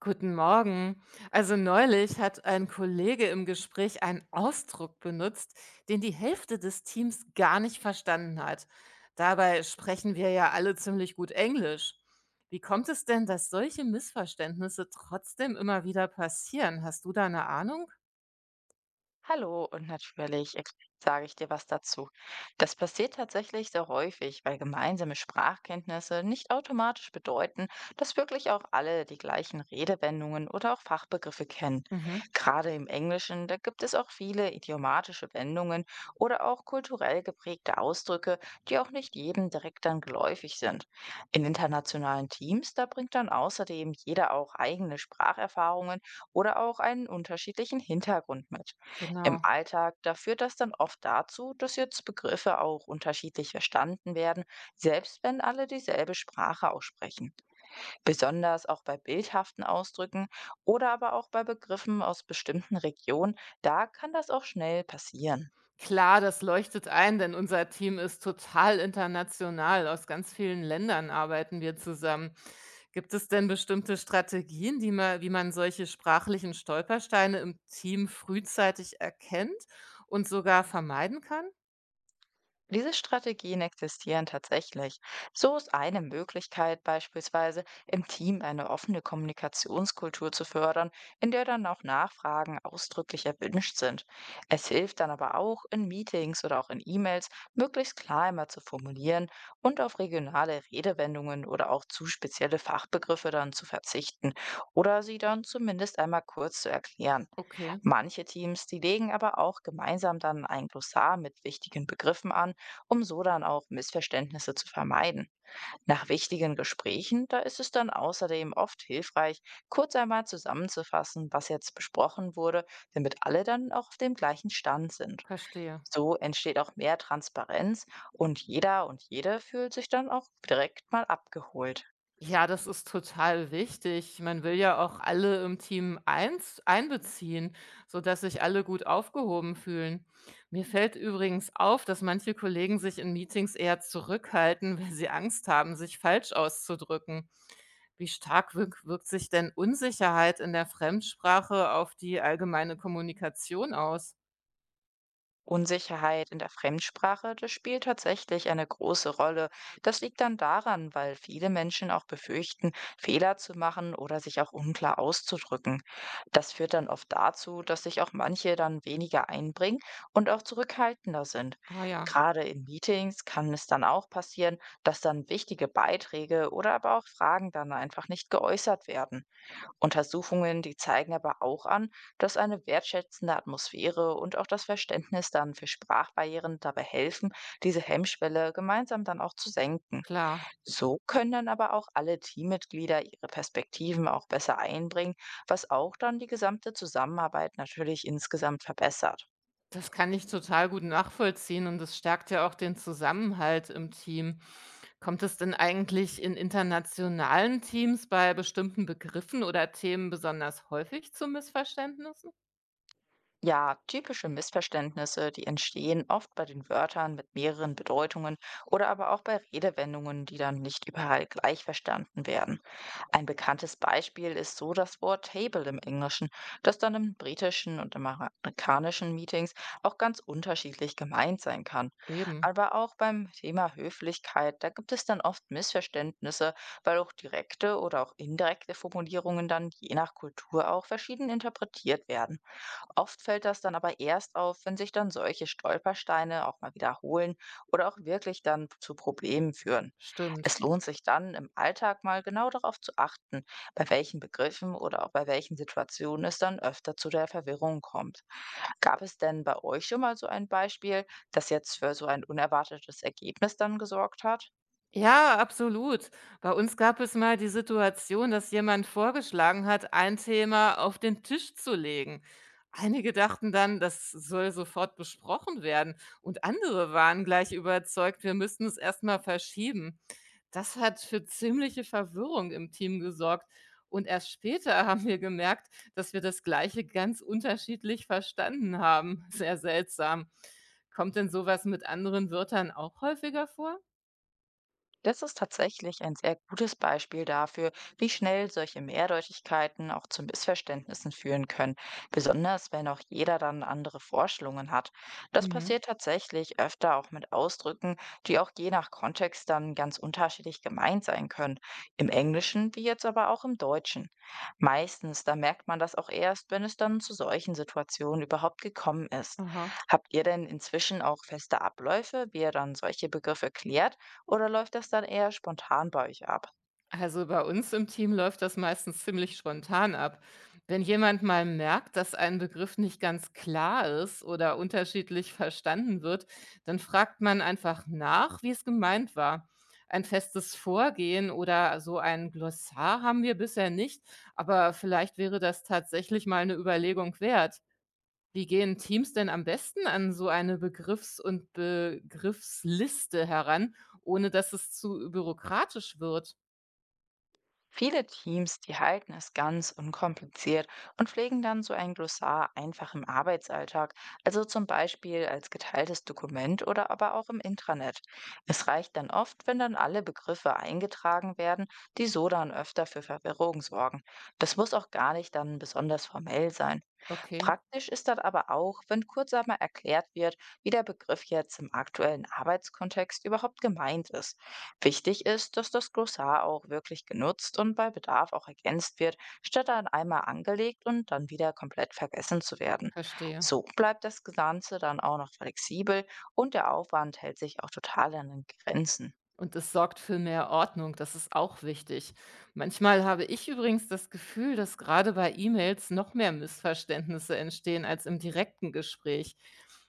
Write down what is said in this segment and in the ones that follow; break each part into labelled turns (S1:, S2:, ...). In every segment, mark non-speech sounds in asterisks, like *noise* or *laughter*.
S1: Guten Morgen. Also neulich hat ein Kollege im Gespräch einen Ausdruck benutzt, den die Hälfte des Teams gar nicht verstanden hat. Dabei sprechen wir ja alle ziemlich gut Englisch. Wie kommt es denn, dass solche Missverständnisse trotzdem immer wieder passieren? Hast du da eine Ahnung?
S2: Hallo und natürlich sage ich dir was dazu. Das passiert tatsächlich sehr häufig, weil gemeinsame Sprachkenntnisse nicht automatisch bedeuten, dass wirklich auch alle die gleichen Redewendungen oder auch Fachbegriffe kennen.
S1: Mhm,
S2: Gerade im Englischen, da gibt es auch viele idiomatische Wendungen oder auch kulturell geprägte Ausdrücke, die auch nicht jedem direkt dann geläufig sind. In internationalen Teams, da bringt dann außerdem jeder auch eigene Spracherfahrungen oder auch einen unterschiedlichen Hintergrund mit. Im
S1: genau.
S2: Alltag, da führt das dann oft dazu, dass jetzt Begriffe auch unterschiedlich verstanden werden, selbst wenn alle dieselbe Sprache auch sprechen. Besonders auch bei bildhaften Ausdrücken oder aber auch bei Begriffen aus bestimmten Regionen, da kann das auch schnell passieren.
S1: Klar, das leuchtet ein, denn unser Team ist total international. Aus ganz vielen Ländern arbeiten wir zusammen. Gibt es denn bestimmte Strategien, die man, wie man solche sprachlichen Stolpersteine im Team frühzeitig erkennt und sogar vermeiden kann?
S2: Diese Strategien existieren tatsächlich. So ist eine Möglichkeit beispielsweise, im Team eine offene Kommunikationskultur zu fördern, in der dann auch Nachfragen ausdrücklich erwünscht sind. Es hilft dann aber auch, in Meetings oder auch in E-Mails möglichst klar immer zu formulieren und auf regionale Redewendungen oder auch zu spezielle Fachbegriffe dann zu verzichten oder sie dann zumindest einmal kurz zu erklären.
S1: Okay,
S2: Manche Teams, die legen aber auch gemeinsam dann ein Glossar mit wichtigen Begriffen an, um so dann auch Missverständnisse zu vermeiden. Nach wichtigen Gesprächen, da ist es dann außerdem oft hilfreich, kurz einmal zusammenzufassen, was jetzt besprochen wurde, damit alle dann auch auf dem gleichen Stand sind.
S1: verstehe.
S2: So entsteht auch mehr Transparenz und jeder und jede fühlt sich dann auch direkt mal abgeholt.
S1: Ja, das ist total wichtig. Man will ja auch alle im Team eins einbeziehen, sodass sich alle gut aufgehoben fühlen. Mir fällt übrigens auf, dass manche Kollegen sich in Meetings eher zurückhalten, weil sie Angst haben, sich falsch auszudrücken. Wie stark wirkt sich denn Unsicherheit in der Fremdsprache auf die allgemeine Kommunikation aus?
S2: Unsicherheit in der Fremdsprache, das spielt tatsächlich eine große Rolle. Das liegt dann daran, weil viele Menschen auch befürchten, Fehler zu machen oder sich auch unklar auszudrücken. Das führt dann oft dazu, dass sich auch manche dann weniger einbringen und auch zurückhaltender sind.
S1: Ah ja,
S2: Gerade in Meetings kann es dann auch passieren, dass dann wichtige Beiträge oder aber auch Fragen dann einfach nicht geäußert werden. Untersuchungen, die zeigen aber auch an, dass eine wertschätzende Atmosphäre und auch das Verständnis dann für Sprachbarrieren dabei helfen, diese Hemmschwelle gemeinsam dann auch zu senken.
S1: klar.
S2: So können dann aber auch alle Teammitglieder ihre Perspektiven auch besser einbringen, was auch dann die gesamte Zusammenarbeit natürlich insgesamt verbessert.
S1: Das kann ich total gut nachvollziehen und das stärkt ja auch den Zusammenhalt im Team. Kommt es denn eigentlich in internationalen Teams bei bestimmten Begriffen oder Themen besonders häufig zu Missverständnissen?
S2: Ja, typische Missverständnisse, die entstehen oft bei den Wörtern mit mehreren Bedeutungen oder aber auch bei Redewendungen, die dann nicht überall gleich verstanden werden. Ein bekanntes Beispiel ist so das Wort Table im Englischen, das dann im britischen und im amerikanischen Meetings auch ganz unterschiedlich gemeint sein kann.
S1: Eben,
S2: Aber auch beim Thema Höflichkeit, da gibt es dann oft Missverständnisse, weil auch direkte oder auch indirekte Formulierungen dann je nach Kultur auch verschieden interpretiert werden. Oft fällt das dann aber erst auf, wenn sich dann solche Stolpersteine auch mal wiederholen oder auch wirklich dann zu Problemen führen.
S1: stimmt.
S2: Es lohnt sich dann im Alltag mal genau darauf zu achten, bei welchen Begriffen oder auch bei welchen Situationen es dann öfter zu der Verwirrung kommt. Gab es denn bei euch schon mal so ein Beispiel, das jetzt für so ein unerwartetes Ergebnis dann gesorgt hat?
S1: Ja, absolut. Bei uns gab es mal die Situation, dass jemand vorgeschlagen hat, ein Thema auf den Tisch zu legen. Einige dachten dann, das soll sofort besprochen werden und andere waren gleich überzeugt, wir müssten es erstmal verschieben. Das hat für ziemliche Verwirrung im Team gesorgt und erst später *laughs* haben wir gemerkt, dass wir das Gleiche ganz unterschiedlich verstanden haben. Sehr seltsam. Kommt denn sowas mit anderen Wörtern auch häufiger vor?
S2: Das ist tatsächlich ein sehr gutes Beispiel dafür, wie schnell solche Mehrdeutigkeiten auch zu Missverständnissen führen können, besonders wenn auch jeder dann andere Vorstellungen hat. Das
S1: Mhm.
S2: passiert tatsächlich öfter auch mit Ausdrücken, die auch je nach Kontext dann ganz unterschiedlich gemeint sein können, im Englischen wie jetzt aber auch im Deutschen. Meistens, da merkt man das auch erst, wenn es dann zu solchen Situationen überhaupt gekommen ist.
S1: Aha.
S2: Habt ihr denn inzwischen auch feste Abläufe, wie ihr dann solche Begriffe klärt? Oder läuft das dann eher spontan bei euch ab?
S1: Also bei uns im Team läuft das meistens ziemlich spontan ab. Wenn jemand mal merkt, dass ein Begriff nicht ganz klar ist oder unterschiedlich verstanden wird, dann fragt man einfach nach, wie es gemeint war. Ein festes Vorgehen oder so ein Glossar haben wir bisher nicht, aber vielleicht wäre das tatsächlich mal eine Überlegung wert. Wie gehen Teams denn am besten an so eine Begriffsliste heran, ohne dass es zu bürokratisch wird?
S2: Viele Teams, die halten es ganz unkompliziert und pflegen dann so ein Glossar einfach im Arbeitsalltag, also zum Beispiel als geteiltes Dokument oder aber auch im Intranet. Es reicht dann oft, wenn dann alle Begriffe eingetragen werden, die so dann öfter für Verwirrung sorgen. Das muss auch gar nicht dann besonders formell sein.
S1: Okay,
S2: Praktisch ist das aber auch, wenn kurz einmal erklärt wird, wie der Begriff jetzt im aktuellen Arbeitskontext überhaupt gemeint ist. Wichtig ist, dass das Glossar auch wirklich genutzt und bei Bedarf auch ergänzt wird, statt dann einmal angelegt und dann wieder komplett vergessen zu werden.
S1: verstehe.
S2: So bleibt das Ganze dann auch noch flexibel und der Aufwand hält sich auch total an den Grenzen.
S1: Und es sorgt für mehr Ordnung, das ist auch wichtig. Manchmal habe ich übrigens das Gefühl, dass gerade bei E-Mails noch mehr Missverständnisse entstehen als im direkten Gespräch.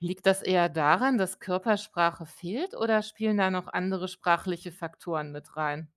S1: Liegt das eher daran, dass Körpersprache fehlt oder spielen da noch andere sprachliche Faktoren mit rein?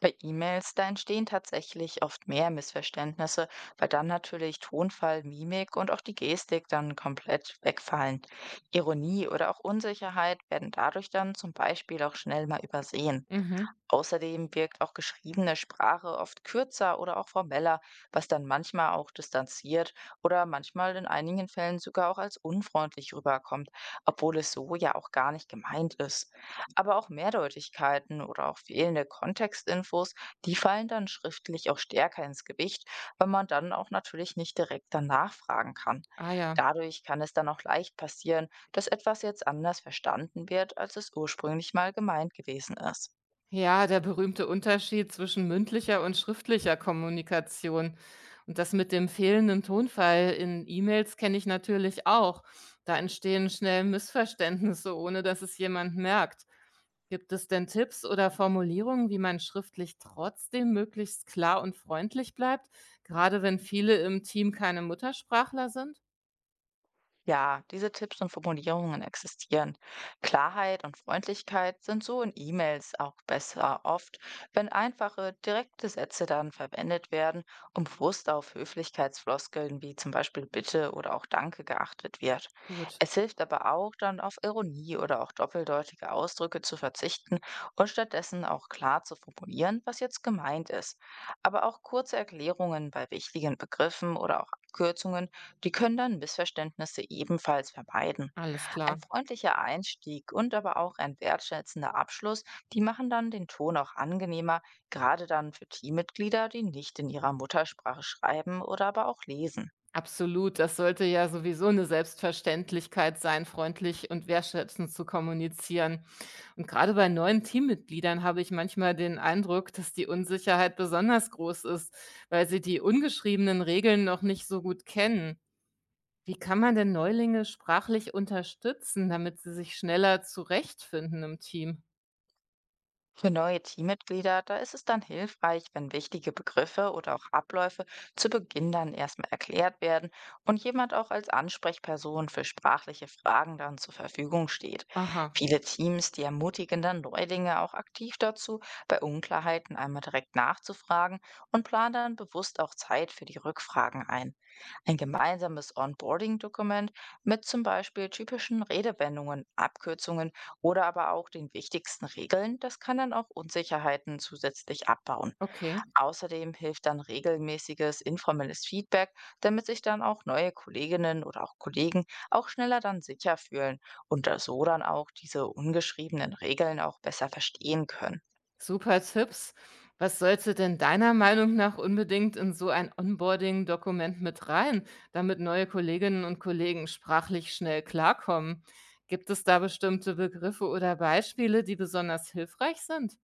S2: Bei E-Mails, da entstehen tatsächlich oft mehr Missverständnisse, weil dann natürlich Tonfall, Mimik und auch die Gestik dann komplett wegfallen. Ironie oder auch Unsicherheit werden dadurch dann zum Beispiel auch schnell mal übersehen.
S1: Mhm.
S2: Außerdem wirkt auch geschriebene Sprache oft kürzer oder auch formeller, was dann manchmal auch distanziert oder manchmal in einigen Fällen sogar auch als unfreundlich rüberkommt, obwohl es so ja auch gar nicht gemeint ist. Aber auch Mehrdeutigkeiten oder auch fehlende Kontextinfos, die fallen dann schriftlich auch stärker ins Gewicht, weil man dann auch natürlich nicht direkt danach fragen kann.
S1: Ah ja.
S2: Dadurch kann es dann auch leicht passieren, dass etwas jetzt anders verstanden wird, als es ursprünglich mal gemeint gewesen ist.
S1: Ja, der berühmte Unterschied zwischen mündlicher und schriftlicher Kommunikation. Und das mit dem fehlenden Tonfall in E-Mails kenne ich natürlich auch. Da entstehen schnell Missverständnisse, ohne dass es jemand merkt. Gibt es denn Tipps oder Formulierungen, wie man schriftlich trotzdem möglichst klar und freundlich bleibt, gerade wenn viele im Team keine Muttersprachler sind?
S2: Ja, diese Tipps und Formulierungen existieren. Klarheit und Freundlichkeit sind so in E-Mails auch besser oft, wenn einfache, direkte Sätze dann verwendet werden und bewusst auf Höflichkeitsfloskeln wie zum Beispiel Bitte oder auch Danke geachtet wird.
S1: Gut,
S2: Es hilft aber auch dann auf Ironie oder auch doppeldeutige Ausdrücke zu verzichten und stattdessen auch klar zu formulieren, was jetzt gemeint ist. Aber auch kurze Erklärungen bei wichtigen Begriffen oder auch Abkürzungen, die können dann Missverständnisse ebenfalls vermeiden.
S1: alles
S2: Ein
S1: klar.
S2: freundlicher Einstieg und aber auch ein wertschätzender Abschluss, die machen dann den Ton auch angenehmer, gerade dann für Teammitglieder, die nicht in ihrer Muttersprache schreiben oder aber auch lesen.
S1: Absolut, das sollte ja sowieso eine Selbstverständlichkeit sein, freundlich und wertschätzend zu kommunizieren. Und gerade bei neuen Teammitgliedern habe ich manchmal den Eindruck, dass die Unsicherheit besonders groß ist, weil sie die ungeschriebenen Regeln noch nicht so gut kennen. Wie kann man denn Neulinge sprachlich unterstützen, damit sie sich schneller zurechtfinden im Team?
S2: Für neue Teammitglieder, da ist es dann hilfreich, wenn wichtige Begriffe oder auch Abläufe zu Beginn dann erstmal erklärt werden und jemand auch als Ansprechperson für sprachliche Fragen dann zur Verfügung steht.
S1: Aha,
S2: Viele Teams, die ermutigen dann Neulinge auch aktiv dazu, bei Unklarheiten einmal direkt nachzufragen und planen dann bewusst auch Zeit für die Rückfragen ein. Ein gemeinsames Onboarding-Dokument mit zum Beispiel typischen Redewendungen, Abkürzungen oder aber auch den wichtigsten Regeln. Das kann dann auch Unsicherheiten zusätzlich abbauen.
S1: okay.
S2: Außerdem hilft dann regelmäßiges informelles Feedback, damit sich dann auch neue Kolleginnen oder auch Kollegen auch schneller dann sicher fühlen und da so dann auch diese ungeschriebenen Regeln auch besser verstehen können.
S1: Super Tipps. Was sollte denn deiner Meinung nach unbedingt in so ein Onboarding-Dokument mit rein, damit neue Kolleginnen und Kollegen sprachlich schnell klarkommen? Gibt es da bestimmte Begriffe oder Beispiele, die besonders hilfreich sind?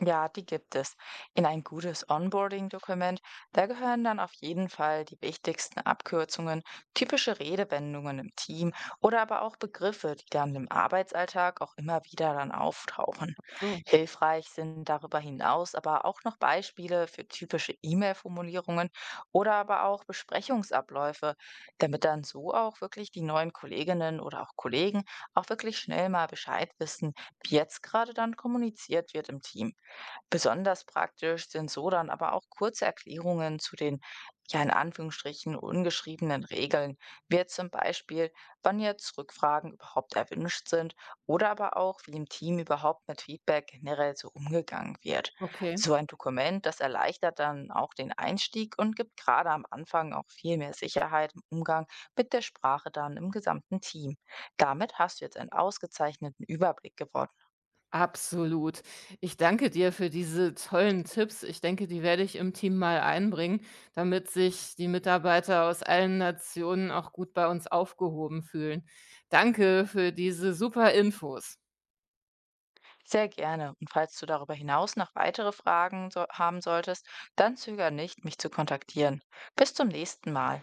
S2: Ja, die gibt es. In ein gutes Onboarding-Dokument, da gehören dann auf jeden Fall die wichtigsten Abkürzungen, typische Redewendungen im Team oder aber auch Begriffe, die dann im Arbeitsalltag auch immer wieder dann auftauchen.
S1: So,
S2: Hilfreich sind darüber hinaus aber auch noch Beispiele für typische E-Mail-Formulierungen oder aber auch Besprechungsabläufe, damit dann so auch wirklich die neuen Kolleginnen oder auch Kollegen auch wirklich schnell mal Bescheid wissen, wie jetzt gerade dann kommuniziert wird im Team. Besonders praktisch sind so dann aber auch kurze Erklärungen zu den, ja, in Anführungsstrichen, ungeschriebenen Regeln, wie jetzt zum Beispiel, wann jetzt Rückfragen überhaupt erwünscht sind oder aber auch, wie im Team überhaupt mit Feedback generell so umgegangen wird.
S1: okay.
S2: So ein Dokument, das erleichtert dann auch den Einstieg und gibt gerade am Anfang auch viel mehr Sicherheit im Umgang mit der Sprache dann im gesamten Team. Damit hast du jetzt einen ausgezeichneten Überblick gewonnen.
S1: Absolut. Ich danke dir für diese tollen Tipps. Ich denke, die werde ich im Team mal einbringen, damit sich die Mitarbeiter aus allen Nationen auch gut bei uns aufgehoben fühlen. Danke für diese super Infos.
S2: Sehr gerne. Und falls du darüber hinaus noch weitere Fragen so haben solltest, dann zögere nicht, mich zu kontaktieren. Bis zum nächsten Mal.